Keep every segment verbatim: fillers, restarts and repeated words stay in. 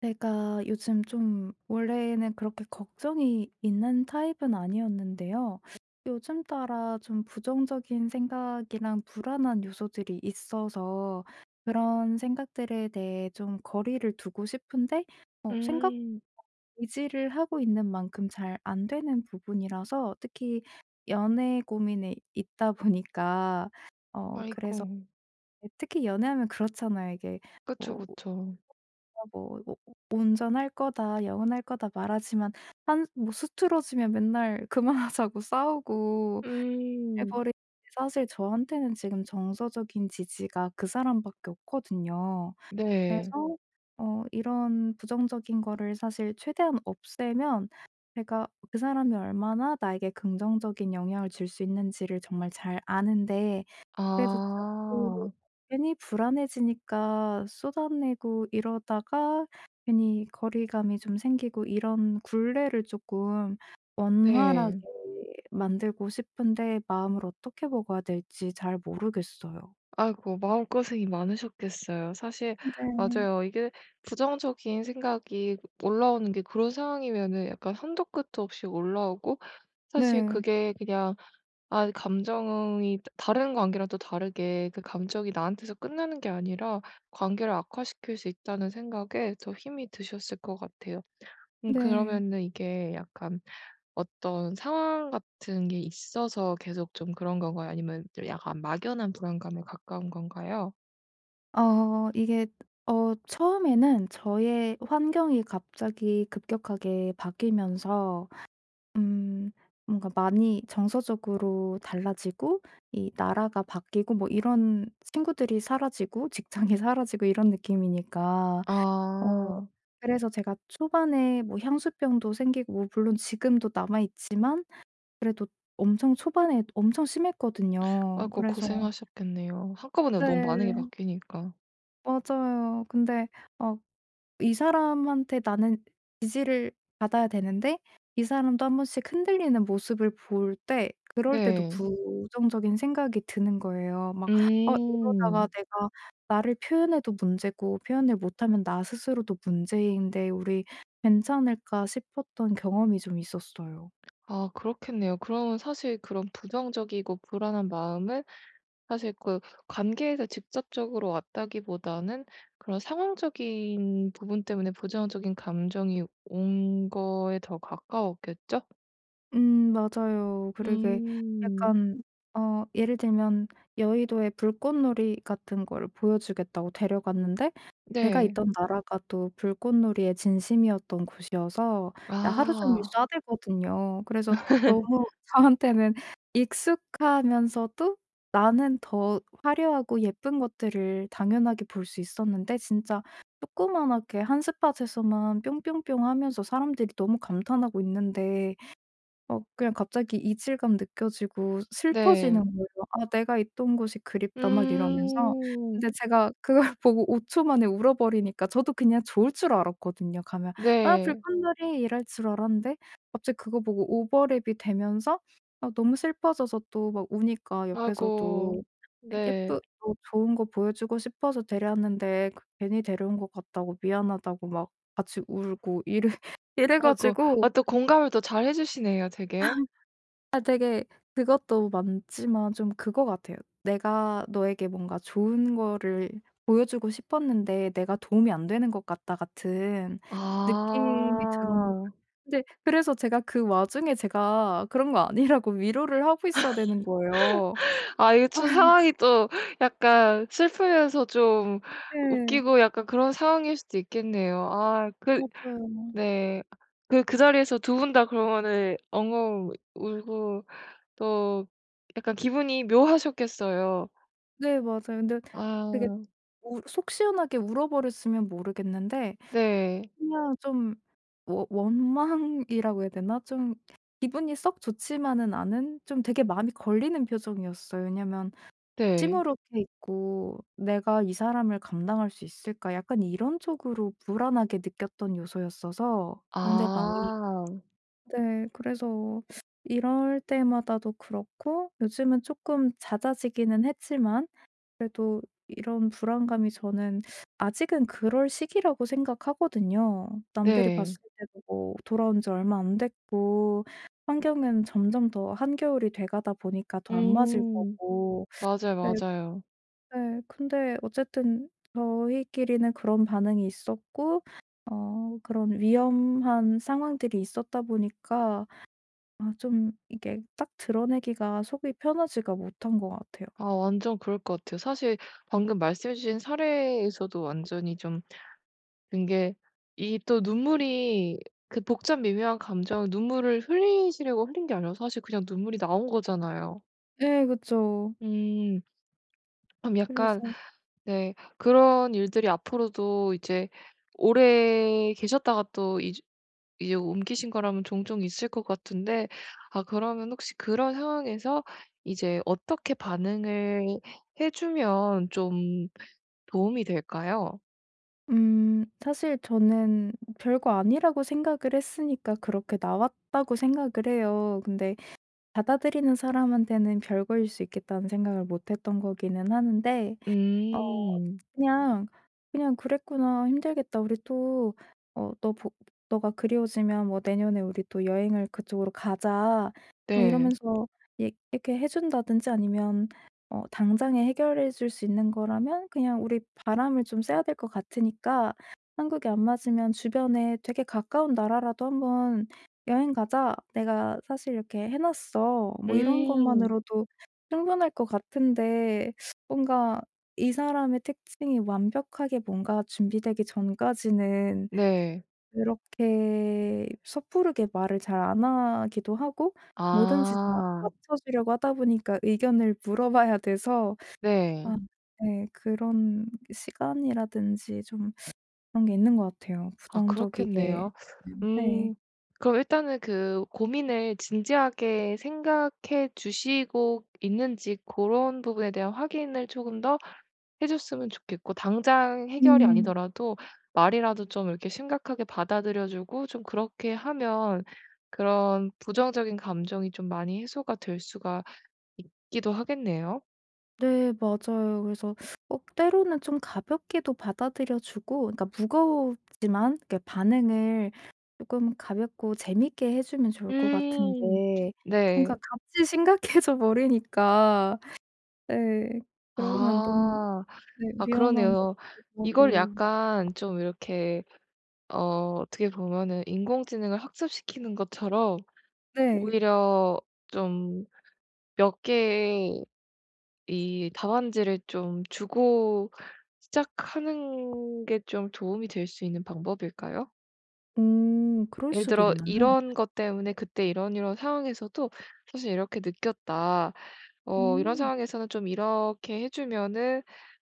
제가 요즘 좀 원래는 그렇게 걱정이 있는 타입은 아니었는데요. 요즘 따라 좀 부정적인 생각이랑 불안한 요소들이 있어서 그런 생각들에 대해 좀 거리를 두고 싶은데 어, 생각 음. 의지를 하고 있는 만큼 잘 안 되는 부분이라서. 특히 연애 고민에 있다 보니까. 어 아이고. 그래서. 특히 연애하면 그렇잖아요. 이게 그쵸, 뭐, 그쵸. 어 뭐, 오- "온전할 거다. 영원할 거다." 말하지만 한 뭐 수틀어지면 맨날 그만하자고 싸우고 해 음. 버리 사실 저한테는 지금 정서적인 지지가 그 사람밖에 없거든요. 네. 그래서 어 이런 부정적인 거를 사실 최대한 없애면, 제가 그 사람이 얼마나 나에게 긍정적인 영향을 줄 수 있는지를 정말 잘 아는데. 그래도 자꾸 아. 괜히 불안해지니까 쏟아내고 이러다가 괜히 거리감이 좀 생기고 이런 굴레를 조금 원활하게 네. 만들고 싶은데 마음을 어떻게 먹어야 될지 잘 모르겠어요. 아이고, 마음고생이 많으셨겠어요. 사실 네. 맞아요. 이게 부정적인 생각이 올라오는 게, 그런 상황이면은 약간 한도 끝도 없이 올라오고. 사실 네. 그게 그냥, 아, 감정이 다 다른 관계랑 또 다르게 그 감정이 나한테서 끝나는 게 아니라 관계를 악화시킬 수 있다는 생각에 더 힘이 드셨을 것 같아요. 음 네. 그러면은 이게 약간 어떤 상황 같은 게 있어서 계속 좀 그런 건가요? 아니면 좀 약간 막연한 불안감에 가까운 건가요? 어 이게, 어 처음에는 저의 환경이 갑자기 급격하게 바뀌면서 음 뭔가 많이 정서적으로 달라지고, 이 나라가 바뀌고 뭐 이런, 친구들이 사라지고 직장이 사라지고 이런 느낌이니까 어 아. 그래서 제가 초반에 뭐 향수병도 생기고, 뭐 물론 지금도 남아 있지만 그래도 엄청 초반에 엄청 심했거든요. 아이고, 그래서. 고생하셨겠네요. 한꺼번에 너무 많은 게 네 바뀌니까. 맞아요. 근데 어 이 사람한테 나는 지지를 받아야 되는데 이 사람도 한 번씩 흔들리는 모습을 볼 때, 그럴 때도 네. 음. 부정적인 생각이 드는 거예요. 막 '어 이러다가 음. 내가 나를 표현해도 문제고 표현을 못하면 나 스스로도 문제인데 우리 괜찮을까?' 싶었던 경험이 좀 있었어요. 아, 그렇겠네요. 그러면 사실 그런 부정적이고 불안한 마음을, 사실 그 관계에서 직접적으로 왔다기보다는 그런 상황적인 부분 때문에 부정적인 감정이 온 거에 더 가까웠겠죠? 음 맞아요. 그러게. 음. 약간 어 예를 들면 여의도의 불꽃놀이 같은 거를 보여주겠다고 데려갔는데, 제가 네. 있던 나라가 또 불꽃놀이의 진심이었던 곳이어서 그냥 하루 종일 아. 싸들거든요. 그래서 너무 저한테는 익숙하면서도 나는 더 화려하고 예쁜 것들을 당연하게 볼 수 있었는데, 진짜 조그만하게 한 스팟에서만 뿅뿅뿅 하면서 사람들이 너무 감탄하고 있는데 어 그냥 갑자기 이질감 느껴지고 네. 슬퍼지는 거예요. '아 내가 있던 곳이 그립다.' 막 이러면서. 음. 근데 제가 그걸 보고 오 초 만에 울어버리니까 저도 그냥 좋을 줄 알았거든요 가면. '아 네. 불꽃놀이.' 이럴 줄 알았는데 갑자기 그거 보고 오버랩이 되면서 아 너무 슬퍼져서 또 막 우니까 옆에서도 아이고. 네. 예쁘 또 좋은 거 보여주고 싶어서 데려왔는데 그 괜히 데려온 것 같다고 미안하다고 막 같이 울고 이래 이래 아이고. 가지고. 아, 또 공감을 또 잘 해 주시네요, 되게. 아 되게, 그것도 많지만 좀 그거 같아요. 내가 너에게 뭔가 좋은 거를 보여주고 싶었는데 내가 도움이 안 되는 것 같다 같은 느낌이 들었나 봐요. 아. 근데 그래서 제가 그 와중에 제가 그런 거 아니라고 위로를 하고 있어야 되는 거예요. 아, 이게 좀 상황이 또 약간 슬프면서 좀 네. 웃기고 약간 그런 상황일 수도 있겠네요. 아, 그, 맞아요. 네. 그 그 자리에서 두 분 다 그러면은 엉엉 울고 또 약간 기분이 묘하셨겠어요. 네 맞아요. 근데 그게 아. 우- 속 시원하게 울어버렸으면 모르겠는데 네. 그냥 좀 워 원망이라고 해야 되나? 좀 기분이 썩 좋지만은 않은, 좀 되게 마음이 걸리는 표정이었어요. 왜냐면 네. 시무룩해 있고 '내가 이 사람을 감당할 수 있을까?' 약간 이런 쪽으로 불안하게 느꼈던 요소였어서 아, 상대방이. 네. 그래서 이럴 때마다도 그렇고 요즘은 쪼끔 잦아지기는 했지만 그래도 이런 불안감이 저는 아직은 그럴 시기라고 생각하거든요. 남들이 네. 봤을 때도 뭐 돌아온 지 얼마 안 됐고 환경은 점점 더 한겨울이 돼가다 보니까 더 안 맞을 음. 거고. 맞아요, 네 맞아요. 네. 근데 어쨌든 저희끼리는 그런 반응이 있었고 어 그런 위험한 상황들이 있었다 보니까 아 좀 이게 딱 드러내기가 속이 편하지가 못한 것 같아요. 아, 완전 그럴 것 같아요. 사실 방금 말씀해 주신 사례에서도 완전히 좀, 그게, 이 또 눈물이, 그 복잡 미묘한 감정, 눈물을 흘리시려고 흘린 게 아니라 사실 그냥 눈물이 나온 거잖아요. 네 그쵸. 음. 그럼 약간, 그래서 네, 그런 일들이 앞으로도 이제 오래 계셨다가 또 이제 이제 옮기신 거라면 종종 있을 것 같은데, 아, 그러면 혹시 그런 상황에서 이제 어떻게 반응을 해 주면 좀 도움이 될까요? 음 사실 저는 별거 아니라고 생각을 했으니까 그렇게 나왔다고 생각을 해요. 근데 받아들이는 사람한테는 별거일 수 있겠다는 생각을 못 했던 거기는 하는데 어 음. 그냥, 그냥 '그랬구나. 힘들겠다. 우리 또 어 너 보 너가 그리워지면 뭐 내년에 우리 또 여행을 그쪽으로 가자.' 뭐 네. 이러면서 이 이렇게 해 준다든지 아니면 어 당장에 해결해 줄 수 있는 거라면 그냥 우리 바람을 좀 쐬야 될 것 같으니까 "한국이 안 맞으면 주변에 되게 가까운 나라라도 한번 여행 가자. 내가 사실 이렇게 해 놨어." 뭐 이런 음. 것만으로도 충분할 것 같은데, 뭔가 이 사람의 특징이 완벽하게 뭔가 준비되기 전까지는 네. 그렇게 섣부르게 말을 잘 안 하기도 하고 뭐든지 다 아, 맞춰 주려고 하다 보니까 의견을 물어봐야 돼서. 네. 아 네, 그런 시간이라든지 좀 그런 게 있는 것 같아요. 아, 부정적이게 그렇겠네요. 는 네. 음 그럼 일단은 그 고민을 진지하게 생각해 주시고 있는지 그런 부분에 대한 확인을 조금 더 해 줬으면 좋겠고, 당장 해결이 음. 아니더라도 말이라도 좀 이렇게 심각하게 받아들여 주고 좀 그렇게 하면 그런 부정적인 감정이 좀 많이 해소가 될 수가 있기도 하겠네요. 네 맞아요. 그래서 꼭 때로는 좀 가볍게도 받아들여 주고, 그러니까 무겁지만 이렇게 반응을 조금 가볍고 재밌게 해 주면 좋을 것 음. 같은데 뭔가 네. 같이 심각해져 버리니까. 네. 그러면 너무. 아. 네 아, 위험한 것 그러네요. 같기도 이걸 하고. 약간 좀 이렇게, 어 어떻게 보면은 인공지능을 학습시키는 것처럼 네. 오히려 좀 몇 개의 이 답안지를 좀 주고 시작하는 게 좀 도움이 될 수 있는 방법일까요? 오 그럴 예를 수도 들어 있나요? "이런 것 때문에 그때 이런 이런 상황에서도 사실 이렇게 느꼈다. 어 이런 음. 상황에서는 좀 이렇게 해 주면은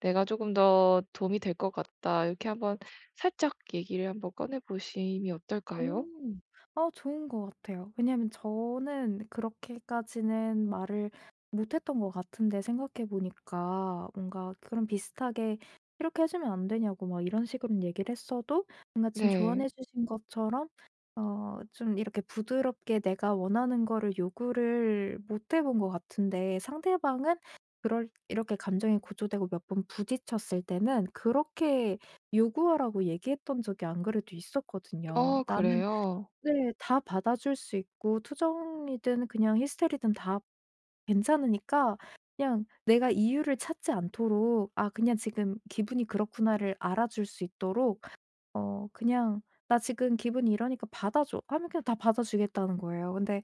내가 조금 더 도움이 될 것 같다." 이렇게 한번 살짝 얘기를 한번 꺼내 보심이 어떨까요? 음. 아 좋은 것 같아요. 왜냐면 저는 그렇게까지는 말을 못했던 것 같은데 생각해 보니까 뭔가 그런 비슷하게 "이렇게 해 주면 안 되냐."고 막 이런 식으로는 얘기를 했어도 뭔가 지금 네. 조언해 주신 것처럼 어 좀 이렇게 부드럽게 내가 원하는 거를 요구를 못 해본 것 같은데, 상대방은 그럴 이렇게 감정이 고조되고 몇 번 부딪혔을 때는 그렇게 요구하라고 얘기했던 적이 안 그래도 있었거든요. 어, 어. 나는 그래요? 네 다 받아줄 수 있고 투정이든 그냥 히스테리든 다 괜찮으니까 그냥 내가 이유를 찾지 않도록 '아 그냥 지금 기분이 그렇구나.'를 알아줄 수 있도록 어 그냥 "나 지금 기분이 이러니까 받아 줘." 하면 그냥 다 받아 주겠다는 거예요. 근데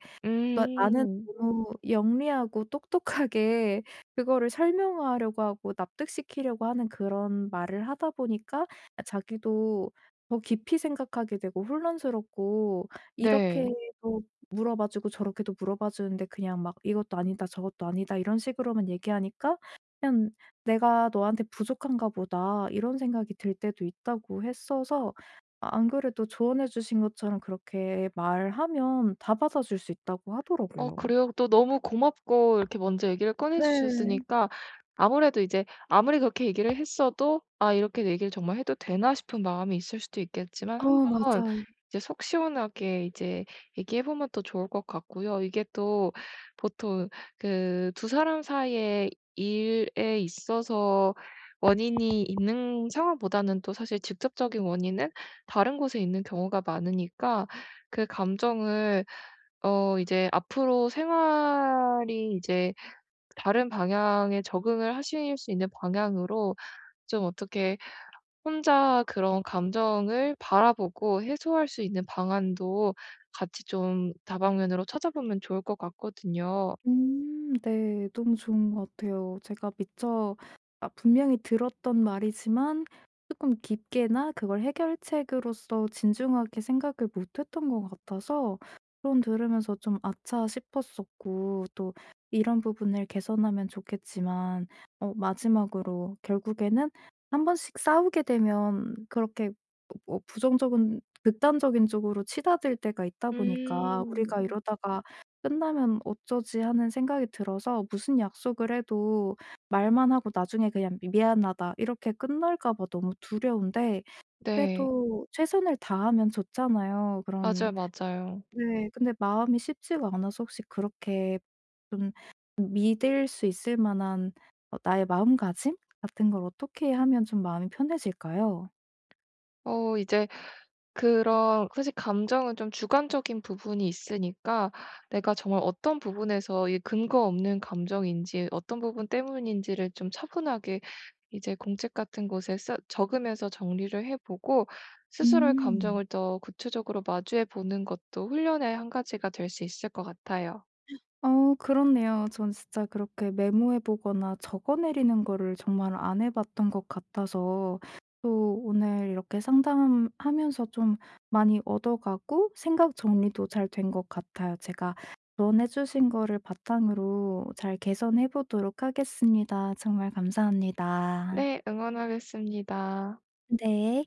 나 나는 음. 너무 영리하고 똑똑하게 그거를 설명하려고 하고 납득시키려고 하는 그런 말을 하다 보니까 아 자기도 더 깊이 생각하게 되고 혼란스럽고 네. 이렇게도 물어봐 주고 저렇게도 물어봐 주는데 그냥 막 "이것도 아니다. 저것도 아니다." 이런 식으로만 얘기하니까 그냥 '내가 너한테 부족한가 보다.' 이런 생각이 들 때도 있다고 했어서, 아 안 그래도 조언해 주신 것처럼 그렇게 말하면 다 받아줄 수 있다고 어, 하더라고요. 그래요? 또 너무 고맙고 이렇게 먼저 얘기를 꺼내 네. 주셨으니까, 아무래도 이제 아무리 그렇게 얘기를 했어도 '아, 이렇게 얘기를 정말 해도 되나?' 싶은 마음이 있을 수도 있겠지만 어 한번 맞아요. 이제 속 시원하게 이제 얘기해 보면 또 좋을 것 같고요. 이게 또 보통 그 두 사람 사이의 일에 있어서 원인이 있는 상황보다는, 또 사실 직접적인 원인은 다른 곳에 있는 경우가 많으니까, 그 감정을, 어 이제 앞으로 생활이 이제 다른 방향에 적응을 하실 수 있는 방향으로 좀 어떻게 혼자 그런 감정을 바라보고 해소할 수 있는 방안도 같이 좀 다방면으로 찾아보면 좋을 것 같거든요. 음 네. 너무 좋은 것 같아요. 제가 미처, 아 분명히 들었던 말이지만 조금 깊게나 그걸 해결책으로서 진중하게 생각을 못 했던 것 같아서 그런 들으면서 좀 '아차.' 싶었었고, 또 이런 부분을 개선하면 좋겠지만 어 마지막으로 결국에는 한 번씩 싸우게 되면 그렇게 뭐 부정적인 극단적인 쪽으로 치닫을 때가 있다 보니까 음. 음. 우리가 이러다가 끝나면 어쩌지 하는 생각이 들어서 무슨 약속을 해도 말만 하고 나중에 그냥 "미 미안하다." 이렇게 끝날까 봐 너무 두려운데 네. 그래도 최선을 다하면 좋잖아요. 그런. 맞아요, 맞아요. 네. 근데 마음이 쉽지가 않아서 혹시 그렇게 좀 믿을 수 있을 만한 어 나의 마음가짐 같은 걸 어떻게 하면 좀 마음이 편해질까요? 어 이제 그런 사실 감정은 좀 주관적인 부분이 있으니까, 내가 정말 어떤 부분에서 이 근거 없는 감정인지 어떤 부분 때문인지를 좀 차분하게 이제 공책 같은 곳에 쓰 적으면서 정리를 해 보고 스스로의 음. 감정을 더 구체적으로 마주해 보는 것도 훈련의 한 가지가 될 수 있을 것 같아요. 어 그렇네요. 전 진짜 그렇게 메모해 보거나 적어 내리는 거를 정말 안 해 봤던 것 같아서, 또 오늘 이렇게 상담하면서 좀 많이 얻어 가고 생각 정리도 잘 된 것 같아요. 제가 조언해 주신 거를 바탕으로 잘 개선해 보도록 하겠습니다. 정말 감사합니다. 네. 응원하겠습니다. 네.